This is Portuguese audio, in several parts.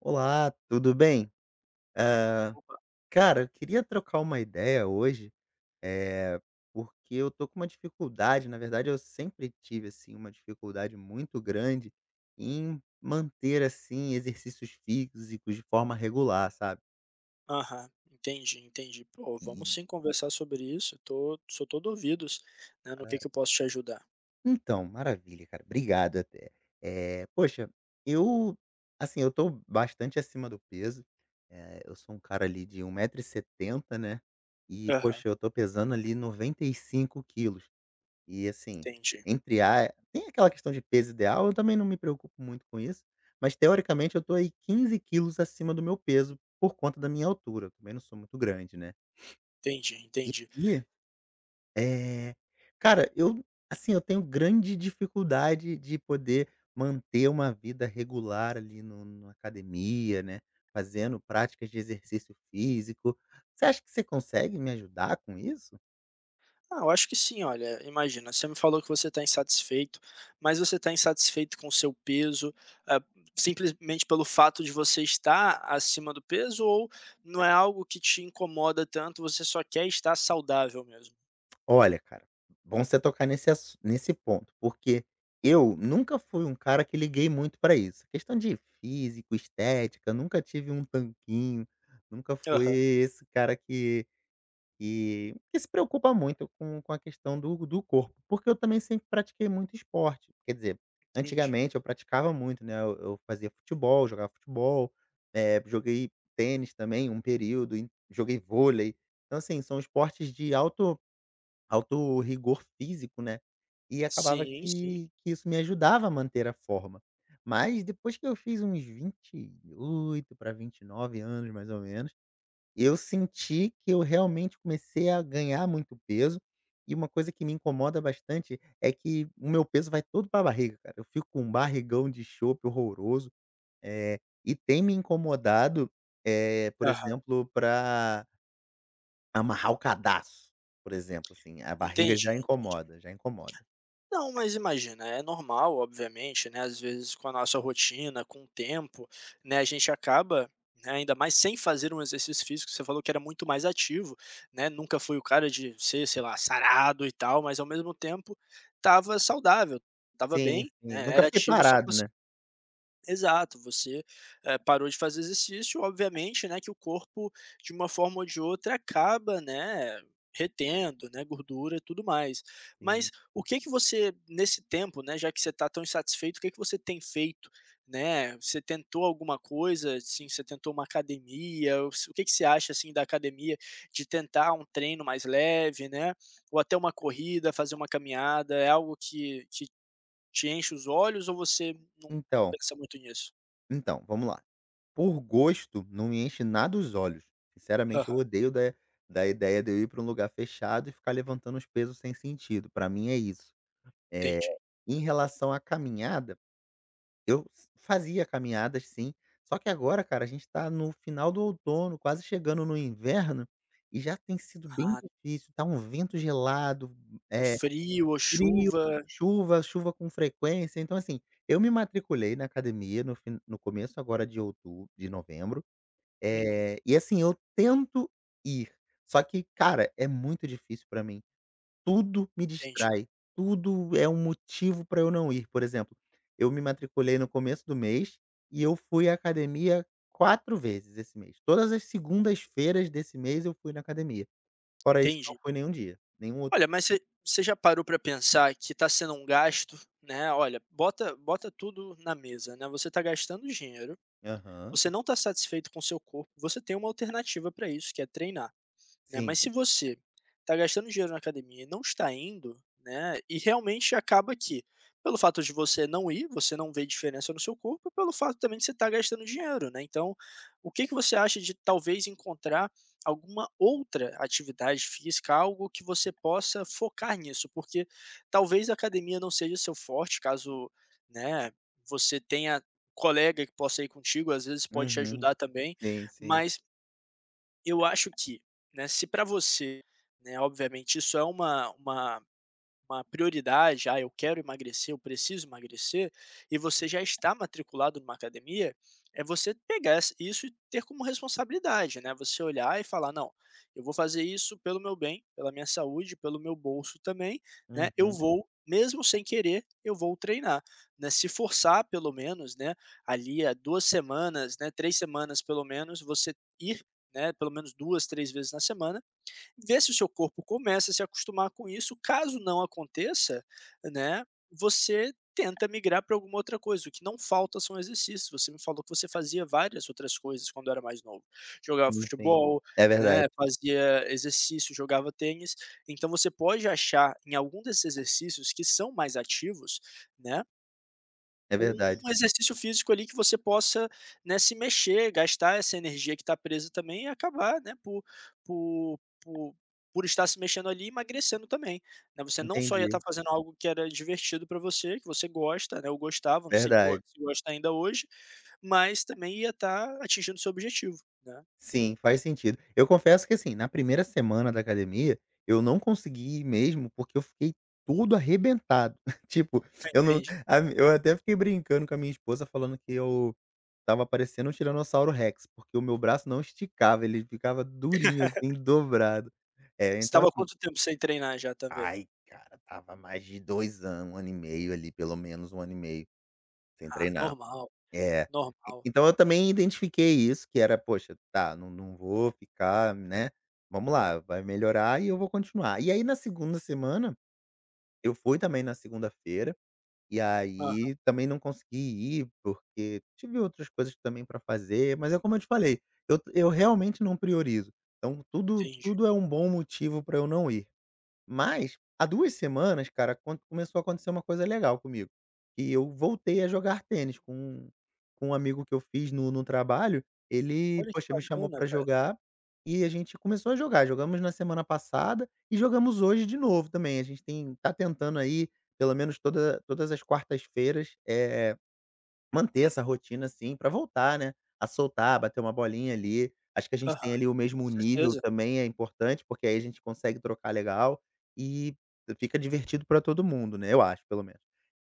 Olá, tudo bem? Ah, cara, eu queria trocar uma ideia hoje, eh, porque eu tô com uma dificuldade, na verdade eu sempre tive, assim, uma dificuldade muito grande em manter, assim, exercícios físicos de forma regular, sabe? Aham, entendi, entendi. Pô, E vamos sim conversar sobre isso. Tô, sou todo ouvidos, né, no que eu posso te ajudar. Então, maravilha, cara. Obrigado até. Poxa, eu assim, eu tô bastante acima do peso, eu sou um cara ali de 1,70 m, né, e Aham, poxa, eu tô pesando ali 95 quilos. E assim, entendi, entre a tem aquela questão de peso ideal, eu também não me preocupo muito com isso, mas teoricamente eu tô aí 15 quilos acima do meu peso por conta da minha altura, eu também não sou muito grande, né. entendi, entendi. É. Cara, eu assim, eu tenho grande dificuldade de poder manter uma vida regular ali no numa academia, né, fazendo práticas de exercício físico. Você acha que você consegue me ajudar com isso? Ah, eu acho que sim, olha, imagina, você me falou que você está insatisfeito, mas você está insatisfeito com o seu peso, ah, simplesmente pelo fato de você estar acima do peso, ou não é algo que te incomoda tanto, você só quer estar saudável mesmo? Olha, cara, bom você tocar nesse ponto, porque eu nunca fui um cara que liguei muito pra isso. Questão de físico, estética, nunca tive um tanquinho, nunca fui Aham, esse cara que. E que se preocupa muito com a questão do corpo, porque eu também sempre pratiquei muito esporte. Quer dizer, entendi. antigamente eu praticava muito, né, eu fazia futebol, jogava futebol, joguei tênis também um período e joguei vôlei. Então, assim, são esportes de alto rigor físico, né, e acabava Sim, sim. que isso me ajudava a manter a forma. Mas depois que eu fiz uns 28 para 29 anos, mais ou menos, eu senti que eu realmente comecei a ganhar muito peso, e uma coisa que me incomoda bastante é que o meu peso vai todo pra barriga, cara. Eu fico com um barrigão de chope horroroso, eh, e tem me incomodado, por Aham, exemplo, para amarrar o cadarço, por exemplo, assim, a barriga já entendi, entendi. incomoda, já incomoda. Não, mas imagina, é normal, obviamente, né, às vezes com a nossa rotina, com o tempo, né, a gente acaba, né, ainda mais sem fazer um exercício físico, você falou que era muito mais ativo, né, nunca foi o cara de ser, sei lá, sarado e tal, mas ao mesmo tempo estava saudável, estava Sim, bem, sim, né, nunca era fiquei ativo, só que parado, você. né. Exato, você parou de fazer exercício, obviamente, né, que o corpo, de uma forma ou de outra, acaba, né, retendo, né, gordura e tudo mais. Sim. Mas o que que você, nesse tempo, né, já que você está tão insatisfeito, o que que você tem feito, né? Você tentou alguma coisa, assim, você tentou uma academia? O que que você acha, assim, da academia, de tentar um treino mais leve, né, ou até uma corrida, fazer uma caminhada? É algo que te enche os olhos ou você não Então, pensa muito nisso? então, vamos lá. Por gosto, não me enche nada os olhos. Sinceramente, eu Aham, odeio da ideia de eu ir para um lugar fechado e ficar levantando os pesos sem sentido, para mim é isso. é entendi. Em relação à caminhada, eu s fazia caminhadas sim, só que agora, cara, a gente está no final do outono, quase chegando no inverno, e já tem sido bem Ah, difícil, tá um vento gelado, o é frio ou frio, chuva. Chuva com frequência. Então assim, eu me matriculei na academia no começo agora de outubro de novembro. Uhum, E assim, eu tento ir, só que, cara, é muito difícil pra mim. Tudo me entendi, distrai, tudo é um motivo pra eu não ir. Por exemplo, eu me matriculei no começo do mês e eu fui à academia 4 vezes esse mês. Todas as segundas-feiras desse mês eu fui na academia. Fora isso, não entendi. fui nenhum dia, nenhum outro. Olha, mas você já parou para pensar que está sendo um gasto, né, olha, bota tudo na mesa, né, você está gastando dinheiro, Aham. você não está satisfeito com o seu corpo, você tem uma alternativa para isso, que é treinar. Né, Sim. mas se você está gastando dinheiro na academia e não está indo, né, e realmente acaba que, pelo fato de você não ir, você não vê diferença no seu corpo, e pelo fato também de você estar gastando dinheiro, né? Então, o que que você acha de talvez encontrar alguma outra atividade física, algo que você possa focar nisso? Porque talvez a academia não seja seu forte, caso, né, você tenha colega que possa ir contigo, às vezes pode te Uhum. ajudar também, Sim, sim. mas eu acho que, né, se para você, né, obviamente isso é uma prioridade, "ah, eu quero emagrecer, eu preciso emagrecer", e você já está matriculado numa academia, é você pegar essa isso e ter como responsabilidade, né, você olhar e falar: "Não, eu vou fazer isso pelo meu bem, pela minha saúde, pelo meu bolso também, né, eu Uhum. vou, mesmo sem querer, eu vou treinar", né, se forçar pelo menos, né, ali há 2 semanas, né, 3 semanas pelo menos, você ir, né, pelo menos 2 3 vezes na semana ver se o seu corpo começa a se acostumar com isso. Caso não aconteça, né, você tenta migrar para alguma outra coisa. O que não falta são exercícios. Você me falou que você fazia várias outras coisas quando era mais novo. Jogava Sim, sim. futebol, É verdade, né, fazia exercício, jogava tênis. Então você pode achar em algum desses exercícios que são mais ativos, né, é um verdade. exercício físico ali que você possa, né, se mexer, gastar essa energia que está presa também e acabar, né, por por por estar se mexendo ali e emagrecendo também, né. Você não só ia estar Entendi. fazendo algo que era divertido para você, que você gosta, né, eu gostava, não sei que go Verdade. se gosta ainda hoje, mas também ia estar atingindo seu objetivo, né. Sim, faz sentido. Eu confesso que, assim, na primeira semana da academia, eu não consegui ir mesmo, porque eu fiquei todo arrebentado. Tipo, Ah, eu não entendi. a mi eu até fiquei brincando com a minha esposa, falando que eu tava parecendo um tiranossauro rex, porque o meu braço não esticava, ele ficava durinho, assim, dobrado. É, Você então estava assim, quanto tempo sem treinar já também? ai, cara, tava mais de 2 anos, 1 ano e meio ali, pelo menos um ano e meio, sem Ah, treinar. normal, É. E normal. então eu também identifiquei isso, que era: "Poxa, tá, não, não vou ficar, né, vamos lá, vai melhorar e eu vou continuar". E aí na segunda semana, eu fui também na segunda-feira, e Aham, aí também não consegui ir, porque tive outras coisas também para fazer, mas é como eu te falei, eu realmente não priorizo. Então tudo entendi. tudo é um bom motivo para eu não ir. Mas, há 2 semanas, cara, acon começou a acontecer uma coisa legal comigo. E eu voltei a jogar tênis com um amigo que eu fiz no trabalho, ele, Olha que poxa, me chamou bacana, pra cara. jogar, e a gente começou a jogar. Jogamos na semana passada e jogamos hoje de novo também. A gente tem tá tentando aí, pelo menos todas as quartas-feiras, manter essa rotina, assim, pra voltar, né, a soltar, bater uma bolinha ali. Acho que a gente tem Aham, ali o com mesmo nível certeza. também é importante, porque aí a gente consegue trocar legal e fica divertido pra todo mundo, né, eu acho pelo menos.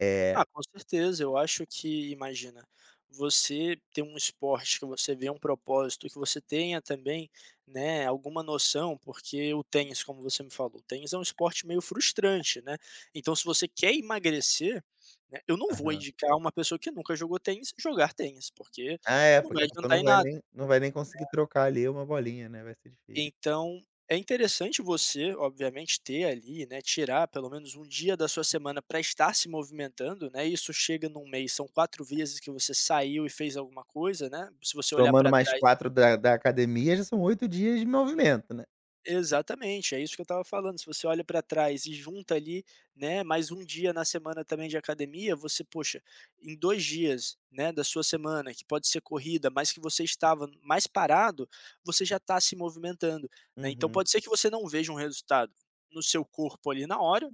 É. Ah, com certeza. Eu acho que, imagina, você ter um esporte que você vê um propósito, que você tenha também, né, alguma noção, porque o tênis, como você me falou, o tênis é um esporte meio frustrante, né? Então, se você quer emagrecer, né, eu não vou Aham. indicar uma pessoa que nunca jogou tênis jogar tênis, porque Ah, é, não porque vai a pessoa adiantar em nada. Não vai nem conseguir trocar ali uma bolinha, né, vai ser difícil. Então, é interessante você, obviamente, ter ali, né, tirar pelo menos um dia da sua semana para estar se movimentando, né. Isso chega num mês, são 4 vezes que você saiu e fez alguma coisa, né. Se você olhar Somando para mais trás. 4 da academia, já são 8 dias de movimento, né. Exatamente, é isso que eu estava falando. Se você olha para trás e junta ali, né, mais um dia na semana também de academia, você, poxa, em 2 dias, né, da sua semana, que pode ser corrida, mas que você estava mais parado, você já está se movimentando, né. Então Uhum. pode ser que você não veja um resultado no seu corpo ali na hora,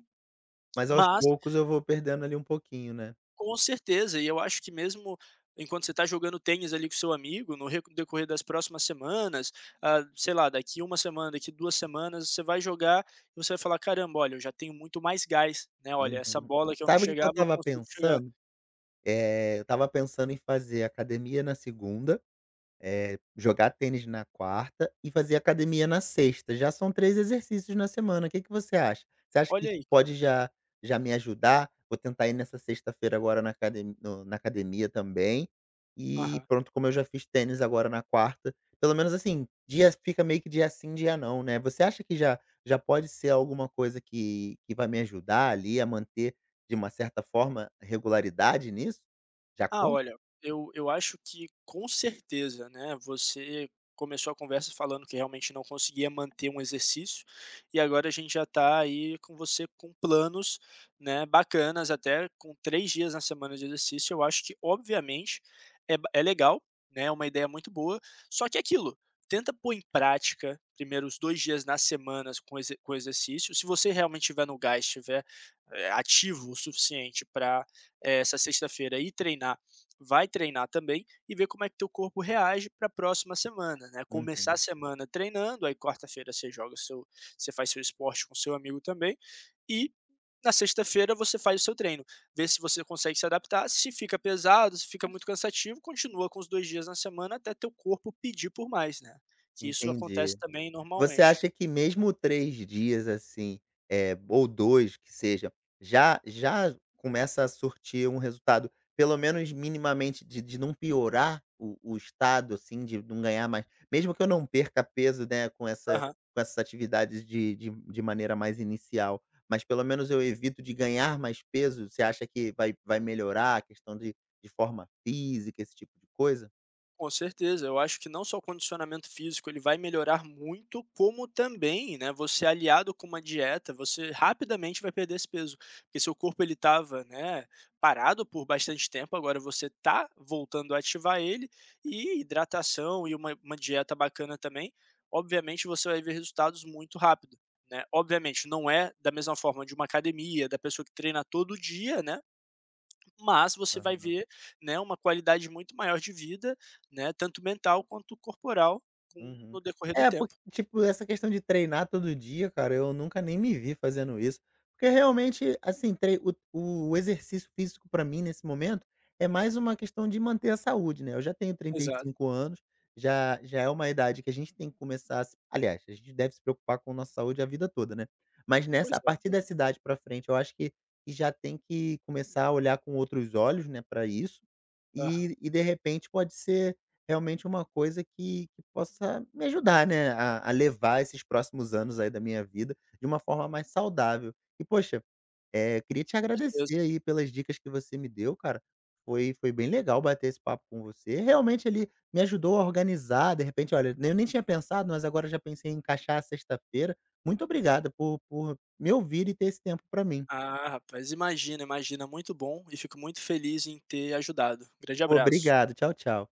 Mas aos mas poucos eu vou perdendo ali um pouquinho, né. com certeza, e eu acho que mesmo enquanto você está jogando tênis ali com seu amigo, no reco decorrer das próximas semanas, ah, sei lá, daqui uma semana, daqui 2 semanas, você vai jogar e você vai falar: "Caramba, olha, eu já tenho muito mais gás, né, olha, essa Uhum. bola que eu não Sabe o que que eu chegava, eu estava consigo chegar". pensando? Eu estava pensando em fazer academia na segunda, jogar tênis na quarta e fazer academia na sexta. Já são 3 exercícios na semana. O que que você acha? Você acha que Olha isso aí, cara. pode já já me ajudar? Vou tentar ir nessa sexta-feira agora na academ no na academia também, e Aham. pronto, como eu já fiz tênis agora na quarta, pelo menos assim, dia fica meio que dia sim, dia não, né. Você acha que já já pode ser alguma coisa que vai me ajudar ali a manter, de uma certa forma, regularidade nisso? Já Ah, conta? olha, eu acho que com certeza, né, você começou a conversa falando que realmente não conseguia manter um exercício, e agora a gente já está aí com você com planos, né, bacanas até com 3 dias na semana de exercício, eu acho que obviamente é ba é legal, né, é uma ideia muito boa, só que é aquilo, tenta pôr em prática primeiro os 2 dias nas semanas com exer com exercício, se você realmente estiver no gás, estiver, ativo o suficiente para essa sexta-feira ir treinar, vai treinar também e ver como é que teu corpo reage para a próxima semana, né? Começar a Uhum, semana treinando, aí quarta-feira você joga seu, você faz seu esporte com seu amigo também e na sexta-feira você faz o seu treino, vê se você consegue se adaptar, se fica pesado, se fica muito cansativo, continua com os dois dias na semana até teu corpo pedir por mais, né? Que isso entendi. acontece também Você normalmente. acha que mesmo 3 dias, assim, ou 2 que seja, já já começa a surtir um resultado, pelo menos minimamente, de não piorar o estado, assim, de não ganhar mais mesmo que eu não perca peso, né, Aham. com essas atividades de maneira mais inicial, mas pelo menos eu evito de ganhar mais peso, você acha que vai melhorar a questão de forma física, esse tipo de coisa? Com certeza, eu acho que não só o condicionamento físico ele vai melhorar muito, como também, né, você aliado com uma dieta, você rapidamente vai perder esse peso, porque seu corpo ele estava, né, parado por bastante tempo, agora você tá voltando a ativar ele, e hidratação e uma dieta bacana também, obviamente você vai ver resultados muito rápido, né. Obviamente não é da mesma forma de uma academia, da pessoa que treina todo dia, né, mas você vai ver, né, uma qualidade muito maior de vida, né, tanto mental quanto corporal com Uhum. no decorrer do É, porque, tempo. tipo, essa questão de treinar todo dia, cara, eu nunca nem me vi fazendo isso. Porque realmente, assim, trei o exercício físico pra mim nesse momento é mais uma questão de manter a saúde, né. Eu já tenho Exato. 35 anos, já já é uma idade que a gente tem que começar a se aliás, a gente deve se preocupar com a nossa saúde a vida toda, né. Mas nessa Pois a é, partir pois. dessa idade pra frente, eu acho que já tem que começar a olhar com outros olhos, né, pra isso, Aham, e de repente pode ser realmente uma coisa que possa me ajudar, né, a levar esses próximos anos aí da minha vida de uma forma mais saudável. E poxa, queria te certeza. agradecer aí pelas dicas que você me deu, cara. Foi bem legal bater esse papo com você. Realmente ele me ajudou a organizar, de repente, olha, eu nem tinha pensado, mas agora já pensei em encaixar a sexta-feira. Muito obrigado por me ouvir e ter esse tempo para mim. Ah, rapaz, imagina, imagina, muito bom e fico muito feliz em ter ajudado. Grande abraço. Obrigado. Tchau, tchau.